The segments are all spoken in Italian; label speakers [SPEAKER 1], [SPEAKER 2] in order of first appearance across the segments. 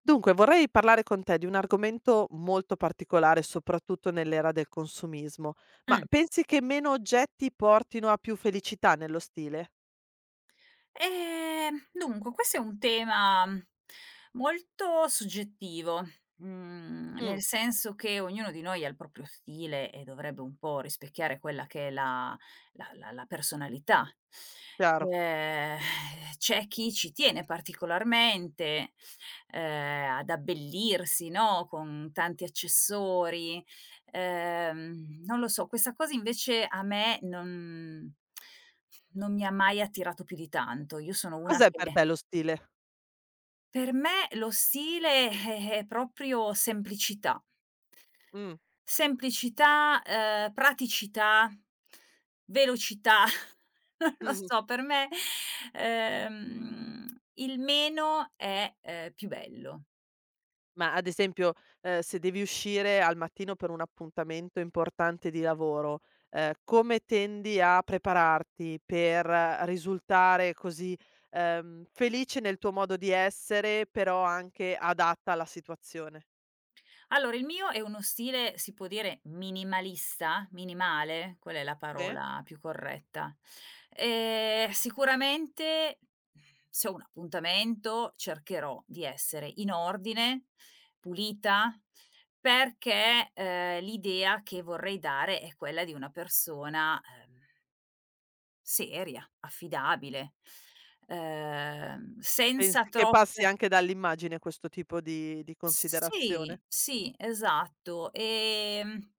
[SPEAKER 1] Dunque, vorrei parlare con te di un argomento molto particolare, soprattutto nell'era del consumismo. Ma
[SPEAKER 2] Mh.
[SPEAKER 1] pensi che meno oggetti portino a più felicità nello stile?
[SPEAKER 2] Dunque questo è un tema molto soggettivo,
[SPEAKER 1] Mh,
[SPEAKER 2] nel senso che ognuno di noi ha il proprio stile e dovrebbe un po' rispecchiare quella che è la la personalità.
[SPEAKER 1] chiaro.
[SPEAKER 2] Ehm, C'è chi ci tiene particolarmente, ad abbellirsi, no, con tanti accessori. Non lo so, questa cosa invece a me non mi ha mai attirato più di tanto. Io sono una
[SPEAKER 1] Cos'è
[SPEAKER 2] che
[SPEAKER 1] per te lo stile?
[SPEAKER 2] per me lo stile è proprio semplicità.
[SPEAKER 1] Mh,
[SPEAKER 2] Semplicità, praticità, velocità, non lo
[SPEAKER 1] mh-mh.
[SPEAKER 2] so, per me, ehm, il meno è, più bello.
[SPEAKER 1] Ma ad esempio, se devi uscire al mattino per un appuntamento importante di lavoro, come tendi a prepararti per risultare così, felice nel tuo modo di essere, però anche adatta alla situazione?
[SPEAKER 2] Allora, il mio è uno stile, si può dire, minimalista, minimale, quella è la
[SPEAKER 1] Sì?
[SPEAKER 2] parola più corretta. Sicuramente se ho un appuntamento cercherò di essere in ordine, pulita, perché, l'idea che vorrei dare è quella di una persona, seria, affidabile, senza
[SPEAKER 1] Pensi che passi
[SPEAKER 2] troppe
[SPEAKER 1] anche dall'immagine questo tipo di considerazione?
[SPEAKER 2] sì, sì, esatto.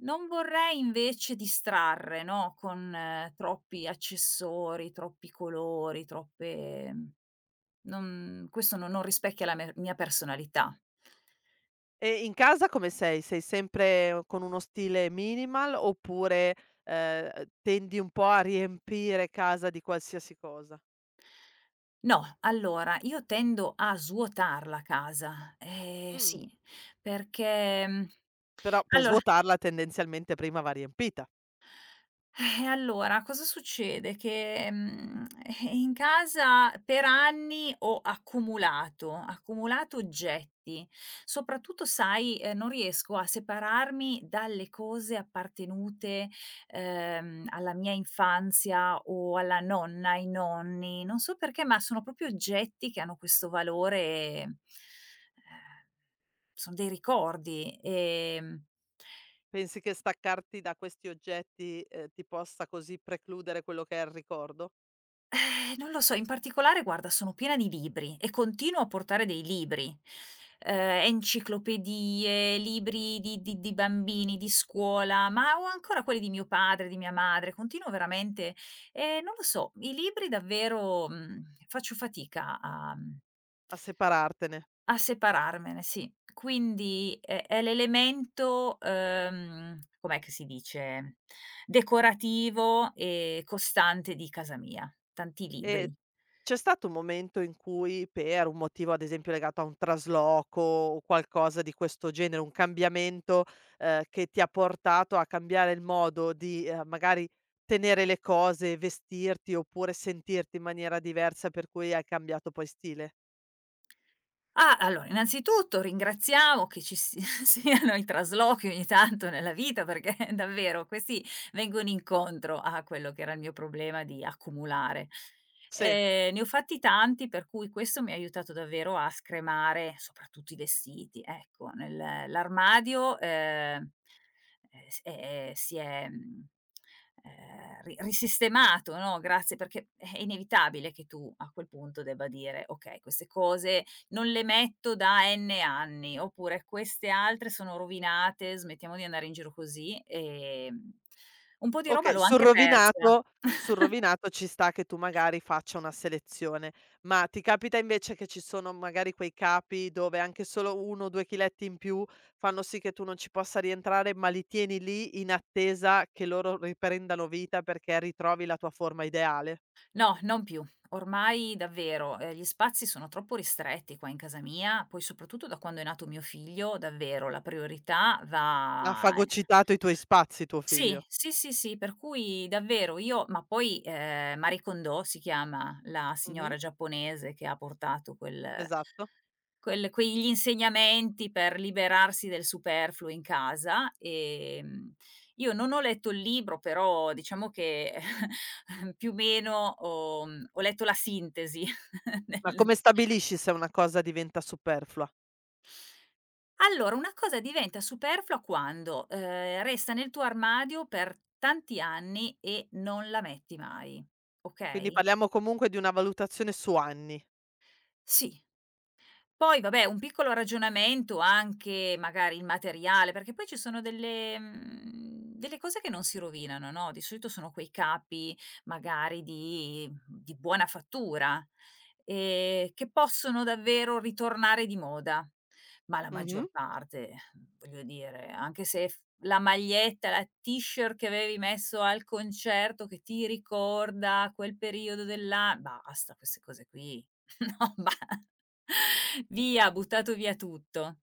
[SPEAKER 2] Non vorrei invece distrarre, no, con troppi accessori, troppi colori, troppe non questo no non rispecchia la me mia personalità.
[SPEAKER 1] E in casa come sei? Sei sempre con uno stile minimal oppure, tendi un po' a riempire casa di qualsiasi cosa?
[SPEAKER 2] No, allora io tendo a svuotar la casa,
[SPEAKER 1] Mh,
[SPEAKER 2] sì, perché, mhmm,
[SPEAKER 1] però per
[SPEAKER 2] allora
[SPEAKER 1] svuotarla tendenzialmente prima va riempita.
[SPEAKER 2] Allora cosa succede? Che, in casa per anni ho accumulato, accumulato oggetti. Soprattutto sai, non riesco a separarmi dalle cose appartenute, alla mia infanzia o alla nonna, ai nonni. Non so perché, ma sono proprio oggetti che hanno questo valore son dei ricordi,
[SPEAKER 1] Pensi che staccarti da questi oggetti, ti possa così precludere quello che è il ricordo?
[SPEAKER 2] Non lo so, in particolare guarda sono piena di libri e continuo a portare dei libri, enciclopedie, libri di bambini, di scuola, ma ho ancora quelli di mio padre, di mia madre, continuo veramente non lo so, i libri davvero, faccio fatica a
[SPEAKER 1] A separartene.
[SPEAKER 2] a separarmene, sì. Quindi è l'elemento, com'è che si dice, decorativo e costante di casa mia, tanti
[SPEAKER 1] Ehm,
[SPEAKER 2] libri.
[SPEAKER 1] C'è stato un momento in cui per un motivo, ad esempio, legato a un trasloco o qualcosa di questo genere, un cambiamento, che ti ha portato a cambiare il modo di, magari tenere le cose, vestirti oppure sentirti in maniera diversa per cui hai cambiato poi stile?
[SPEAKER 2] Ah, allora innanzitutto ringraziamo che ci si siano i traslochi ogni tanto nella vita, perché davvero questi vengono incontro a quello che era il mio problema di accumulare.
[SPEAKER 1] Sì.
[SPEAKER 2] Ne ho fatti tanti, per cui questo mi ha aiutato davvero a scremare soprattutto i vestiti. Ecco, nel l'armadio, s si è, mhmm, ri risistemato, no, grazie perché è inevitabile che tu a quel punto debba dire: "Okay, queste cose non le metto da N anni, oppure queste altre sono rovinate, smettiamo di andare in giro così, un po' di roba
[SPEAKER 1] Okay,
[SPEAKER 2] l'ho anche persa.
[SPEAKER 1] sul rovinato ci sta che tu magari faccia una selezione, ma ti capita invece che ci sono magari quei capi dove anche solo 1 o 2 chiletti in più fanno sì che tu non ci possa rientrare, ma li tieni lì in attesa che loro riprendano vita perché ritrovi la tua forma ideale?
[SPEAKER 2] No, non più. Ormai davvero, gli spazi sono troppo ristretti qua in casa mia, poi soprattutto da quando è nato mio figlio, davvero la priorità
[SPEAKER 1] Ha
[SPEAKER 2] va
[SPEAKER 1] fagocitato i tuoi spazi tuo
[SPEAKER 2] sì,
[SPEAKER 1] figlio.
[SPEAKER 2] sì, sì, sì, per cui davvero io ma poi, Marie Kondo si chiama la
[SPEAKER 1] Mh-mh,
[SPEAKER 2] signora giapponese che ha portato quel
[SPEAKER 1] esatto.
[SPEAKER 2] quegli insegnamenti per liberarsi del superfluo in casa. Io non ho letto il libro, però diciamo che più o meno ho ho letto la sintesi
[SPEAKER 1] Ma
[SPEAKER 2] del
[SPEAKER 1] come
[SPEAKER 2] de
[SPEAKER 1] stabilisci se una cosa diventa superflua?
[SPEAKER 2] allora, una cosa diventa superflua quando, resta nel tuo armadio per tanti anni e non la metti mai,
[SPEAKER 1] Quindi
[SPEAKER 2] okay?
[SPEAKER 1] parliamo comunque di una valutazione su anni.
[SPEAKER 2] Sì. Poi vabbè, un piccolo ragionamento anche magari il materiale, perché poi ci sono delle delle cose che non si rovinano, no, di solito sono quei capi magari di buona fattura, che possono davvero ritornare di moda, ma la
[SPEAKER 1] Mh-mh.
[SPEAKER 2] maggior parte, voglio dire, anche se f la maglietta, la t-shirt che avevi messo al concerto che ti ricorda quel periodo dell'a basta queste cose qui. No, ba Via, buttato via tutto.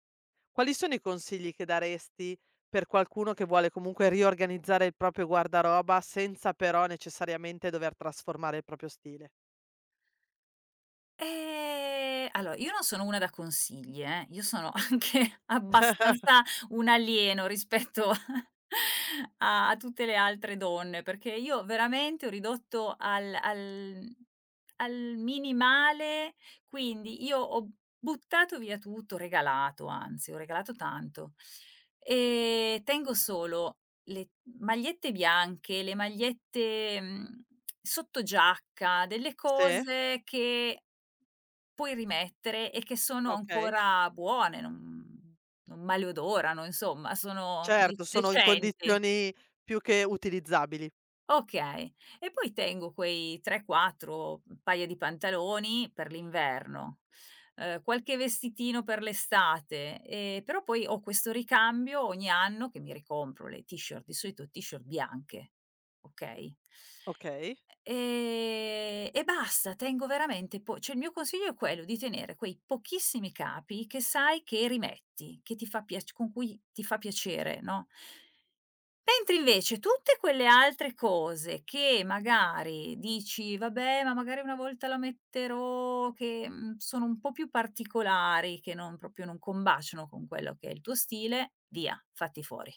[SPEAKER 1] Quali sono i consigli che daresti per qualcuno che vuole comunque riorganizzare il proprio guardaroba senza però necessariamente dover trasformare il proprio stile?
[SPEAKER 2] Allora io non sono una da consigli, io sono anche abbastanza un alieno rispetto a tutte le altre donne, perché io veramente ho ridotto al minimale, quindi io ho buttato via tutto, regalato anzi, ho regalato tanto. Tengo solo le magliette bianche, le magliette, sottogiacca, delle
[SPEAKER 1] Sì,
[SPEAKER 2] cose che puoi rimettere e che sono
[SPEAKER 1] okay.
[SPEAKER 2] ancora buone, non maleodorano, insomma, sono de
[SPEAKER 1] Certo, sono in
[SPEAKER 2] decenti.
[SPEAKER 1] condizioni più che utilizzabili.
[SPEAKER 2] Okay. E poi tengo quei 3, 4 paia di pantaloni per l'inverno, qualche vestitino per l'estate, però poi ho questo ricambio ogni anno che mi ricompro le t-shirt, di solito t-shirt bianche, okay?
[SPEAKER 1] Okay.
[SPEAKER 2] E basta, tengo veramente po cioè il mio consiglio è quello di tenere quei pochissimi capi che sai che rimetti, che ti fa piac con cui ti fa piacere, no, mentre invece tutte quelle altre cose che magari dici: "Vabbè, ma magari una volta la metterò", che, sono un po' più particolari, che non proprio non combaciano con quello che è il tuo stile, via, fatti fuori.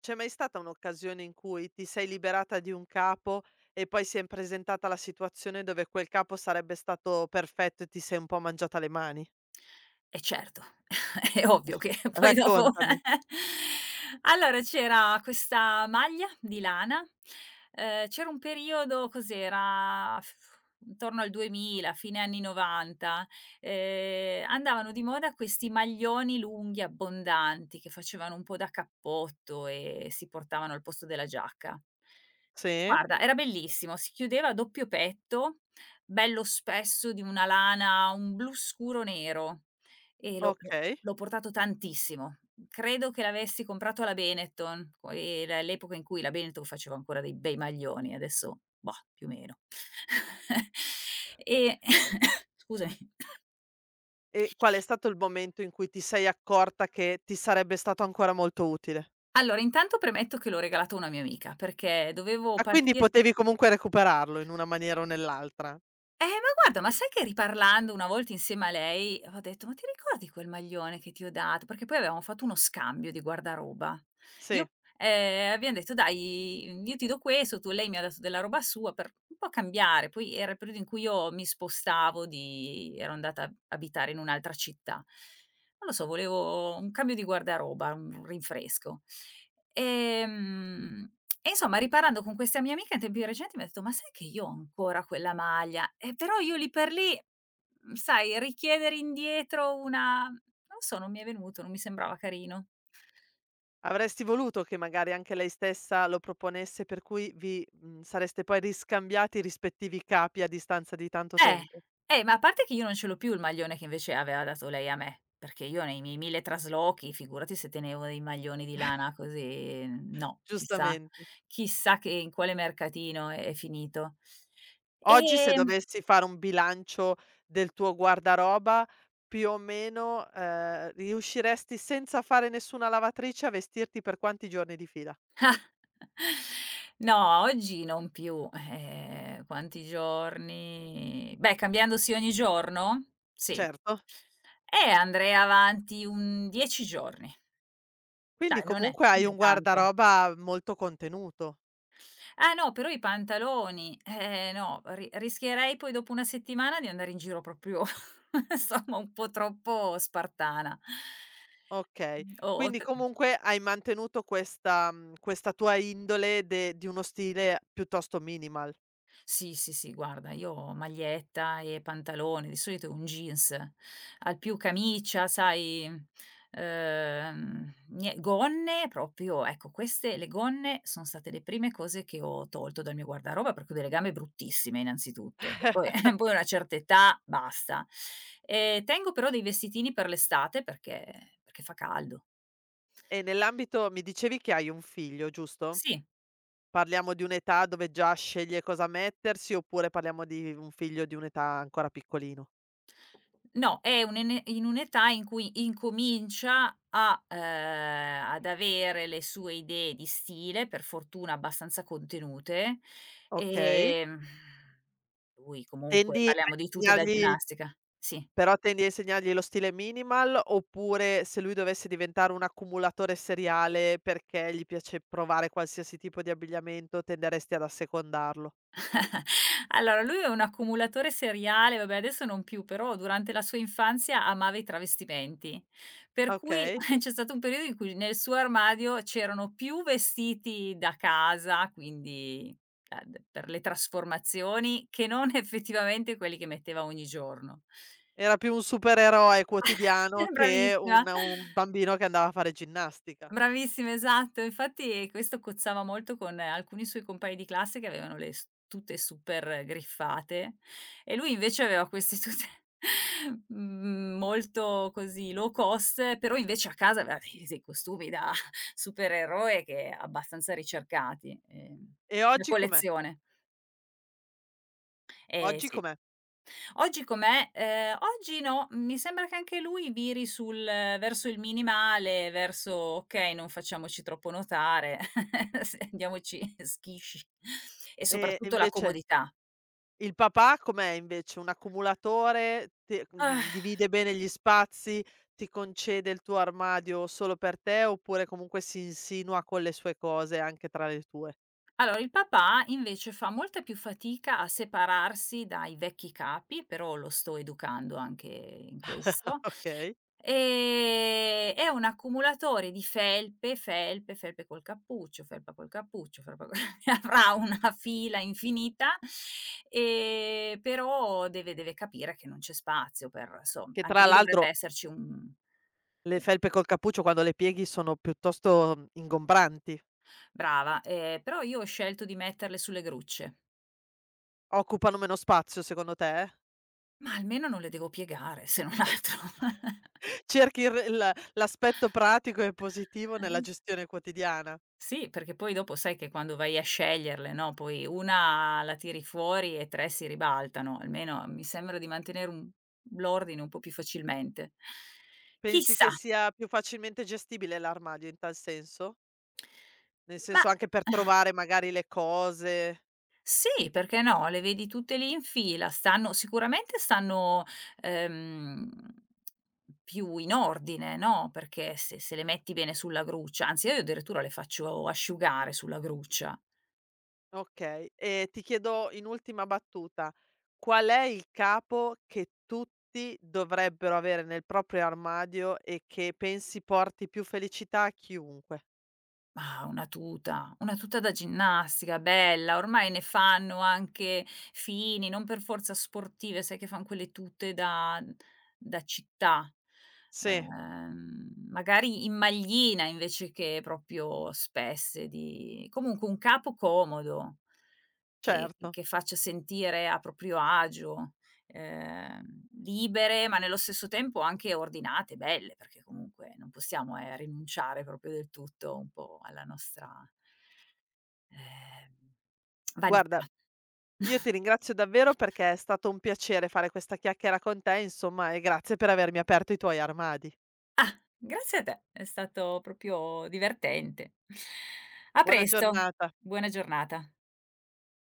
[SPEAKER 1] C'è mai stata un'occasione in cui ti sei liberata di un capo e poi si è presentata la situazione dove quel capo sarebbe stato perfetto e ti sei un po' mangiata le mani?
[SPEAKER 2] E certo, è ovvio che poi dopo
[SPEAKER 1] Raccontami.
[SPEAKER 2] allora c'era questa maglia di lana, c'era un periodo cos'era, intorno al 2000, fine anni '90, andavano di moda questi maglioni lunghi abbondanti che facevano un po' da cappotto e si portavano al posto della giacca.
[SPEAKER 1] Sì,
[SPEAKER 2] Guarda, era bellissimo, si chiudeva a doppio petto, bello spesso di una lana, un blu scuro nero. E l'ho l'ho
[SPEAKER 1] okay.
[SPEAKER 2] l'ho portato tantissimo. Credo che l'avessi comprato alla Benetton, co era l'epoca in cui la Benetton faceva ancora dei bei maglioni, adesso, boh, più o meno. E scusami.
[SPEAKER 1] E qual è stato il momento in cui ti sei accorta che ti sarebbe stato ancora molto utile?
[SPEAKER 2] Allora, intanto premetto che l'ho regalato a una mia amica, perché dovevo
[SPEAKER 1] Ah, quindi
[SPEAKER 2] partir
[SPEAKER 1] potevi comunque recuperarlo in una maniera o nell'altra.
[SPEAKER 2] Ma guarda, ma sai che riparlando una volta insieme a lei, ho detto: "Ma ti ricordi quel maglione che ti ho dato?" Perché poi avevamo fatto uno scambio di guardaroba.
[SPEAKER 1] Sì.
[SPEAKER 2] Io abbiam detto: "Dai, io ti do questo, tu" lei mi ha dato della roba sua per un po' cambiare. Poi era il periodo in cui io mi spostavo di ero andata a abitare in un'altra città. Non lo so, volevo un cambio di guardaroba, un rinfresco. Ehm, e insomma riparando con questa mia amica in tempi recenti mi ha detto: "Ma sai che io ho ancora quella maglia?" Però io lì per lì, sai richiedere indietro una non so, non mi è venuto, non mi sembrava carino.
[SPEAKER 1] Avresti voluto che magari anche lei stessa lo proponesse, per cui vi, mhmm, sareste poi riscambiati i rispettivi capi a distanza di tanto
[SPEAKER 2] Eh,
[SPEAKER 1] tempo.
[SPEAKER 2] ma a parte che io non ce l'ho più il maglione che invece aveva dato lei a me, perché io nei miei 1000 traslochi, figurati se tenevo dei maglioni di lana così, no, chissà
[SPEAKER 1] Giustamente.
[SPEAKER 2] chissà che in quale mercatino è finito.
[SPEAKER 1] Oggi se
[SPEAKER 2] Ehm
[SPEAKER 1] dovessi fare un bilancio del tuo guardaroba, più o meno, riusciresti senza fare nessuna lavatrice a vestirti per quanti giorni di fila?
[SPEAKER 2] No, oggi non più. Quanti giorni? Beh, cambiandosi ogni giorno? Sì.
[SPEAKER 1] Certo.
[SPEAKER 2] Andrei avanti un 10 giorni.
[SPEAKER 1] Quindi
[SPEAKER 2] Dai, non è
[SPEAKER 1] comunque hai
[SPEAKER 2] non è
[SPEAKER 1] un
[SPEAKER 2] tanto.
[SPEAKER 1] guardaroba molto contenuto.
[SPEAKER 2] Ah no, però i pantaloni, eh no, ri rischierei poi dopo una settimana di andare in giro proprio insomma un po' troppo spartana. Mhmm,
[SPEAKER 1] Okay.
[SPEAKER 2] o t
[SPEAKER 1] Quindi comunque hai mantenuto questa mhmm, questa tua indole de di uno stile piuttosto minimal.
[SPEAKER 2] Sì, sì, sì, guarda, io ho maglietta e pantalone, di solito è un jeans, al più camicia, sai, nie gonne proprio ecco, queste le gonne son state le prime cose che ho tolto dal mio guardaroba, perché ho delle gambe bruttissime innanzitutto, e poi poi a una certa età basta. Tengo però dei vestitini per l'estate perché fa caldo.
[SPEAKER 1] E nell'ambito mi dicevi che hai un figlio, giusto?
[SPEAKER 2] Sì.
[SPEAKER 1] Parliamo di un'età dove già sceglie cosa mettersi oppure parliamo di un figlio di un'età ancora piccolino?
[SPEAKER 2] No, è un ene in un'età in cui incomincia a ad avere le sue idee di stile, per fortuna abbastanza contenute,
[SPEAKER 1] Okay.
[SPEAKER 2] ehm, lui comunque
[SPEAKER 1] Tendi a
[SPEAKER 2] parliamo di tute da
[SPEAKER 1] insegnargli
[SPEAKER 2] ginnastica. Sì.
[SPEAKER 1] Però tendi a insegnargli lo stile minimal, oppure se lui dovesse diventare un accumulatore seriale perché gli piace provare qualsiasi tipo di abbigliamento, tenderesti ad assecondarlo?
[SPEAKER 2] Allora, lui è un accumulatore seriale, vabbè adesso non più, però durante la sua infanzia amava i travestimenti. Per cui
[SPEAKER 1] Okay.
[SPEAKER 2] c'è stato un periodo in cui nel suo armadio c'erano più vestiti da casa, quindi da d per le trasformazioni, che non effettivamente quelli che metteva ogni giorno.
[SPEAKER 1] Era più un supereroe quotidiano che un
[SPEAKER 2] Bravissima.
[SPEAKER 1] un bambino che andava a fare ginnastica.
[SPEAKER 2] Bravissima, esatto. Infatti questo cozzava molto con alcuni suoi compagni di classe che avevano le s tute super griffate e lui invece aveva queste tute, mhmm, molto così low cost, però invece a casa aveva dei costumi da supereroe che abbastanza ricercati,
[SPEAKER 1] E
[SPEAKER 2] da
[SPEAKER 1] oggi com'è?
[SPEAKER 2] collezione. Eh
[SPEAKER 1] Oggi
[SPEAKER 2] sì.
[SPEAKER 1] com'è?
[SPEAKER 2] Oggi com'è? Oggi no, mi sembra che anche lui viri sul verso il minimale, verso: "Okay, non facciamoci troppo notare, s andiamoci schisci." E
[SPEAKER 1] E e
[SPEAKER 2] soprattutto la
[SPEAKER 1] invece
[SPEAKER 2] comodità.
[SPEAKER 1] il papà com'è invece? Un accumulatore? Te
[SPEAKER 2] Ah,
[SPEAKER 1] mhmm, divide bene gli spazi, ti concede il tuo armadio solo per te, oppure comunque si insinua con le sue cose anche tra le tue?
[SPEAKER 2] allora, il papà invece fa molta più fatica a separarsi dai vecchi capi, però lo sto educando anche in questo,
[SPEAKER 1] Okay.
[SPEAKER 2] È un accumulatore di felpe, felpe, felpe col cappuccio, felpa co ne avrà una fila infinita, però deve capire che non c'è spazio per insom
[SPEAKER 1] Che
[SPEAKER 2] anche
[SPEAKER 1] tra
[SPEAKER 2] lì dovrebbe
[SPEAKER 1] l'altro
[SPEAKER 2] esserci un
[SPEAKER 1] le felpe col cappuccio quando le pieghi sono piuttosto, mhmm, ingombranti.
[SPEAKER 2] Brava, però io ho scelto di metterle sulle grucce,
[SPEAKER 1] Occupano meno spazio secondo te?
[SPEAKER 2] ma almeno non le devo piegare se non altro.
[SPEAKER 1] Cerchi il l'aspetto pratico e positivo nella gestione quotidiana.
[SPEAKER 2] Sì, perché poi dopo sai che quando vai a sceglierle, no, poi una la tiri fuori e 3 si ribaltano, almeno mi sembra di mantenere un l'ordine un po' più facilmente.
[SPEAKER 1] Pensi
[SPEAKER 2] Chissà,
[SPEAKER 1] che sia più facilmente gestibile l'armadio in tal senso? Nel
[SPEAKER 2] ma
[SPEAKER 1] senso anche per trovare magari le cose.
[SPEAKER 2] sì, perché no, le vedi tutte lì in fila, stanno sicuramente stanno, ehm, più in ordine, no, perché se le metti bene sulla gruccia anzi io addirittura le faccio asciugare sulla gruccia,
[SPEAKER 1] Okay, e ti chiedo in ultima battuta, qual è il capo che tutti dovrebbero avere nel proprio armadio e che pensi porti più felicità a chiunque?
[SPEAKER 2] Ma una tuta da ginnastica bella, ormai ne fanno anche fini, non per forza sportive, sai che fan quelle tute da città.
[SPEAKER 1] Sì,
[SPEAKER 2] Magari in maglina invece che proprio spesse di comunque un capo comodo, che
[SPEAKER 1] certo.
[SPEAKER 2] faccia sentire a proprio agio libere, ma nello stesso tempo anche ordinate, belle, perché comunque non possiamo, rinunciare proprio del tutto un po' alla nostra ehm,
[SPEAKER 1] Guarda,
[SPEAKER 2] vanità.
[SPEAKER 1] io ti ringrazio davvero perché è stato un piacere fare questa chiacchiera con te, insomma, e grazie per avermi aperto i tuoi armadi.
[SPEAKER 2] Grazie a te, è stato proprio divertente. A
[SPEAKER 1] Buona
[SPEAKER 2] presto,
[SPEAKER 1] giornata.
[SPEAKER 2] buona giornata.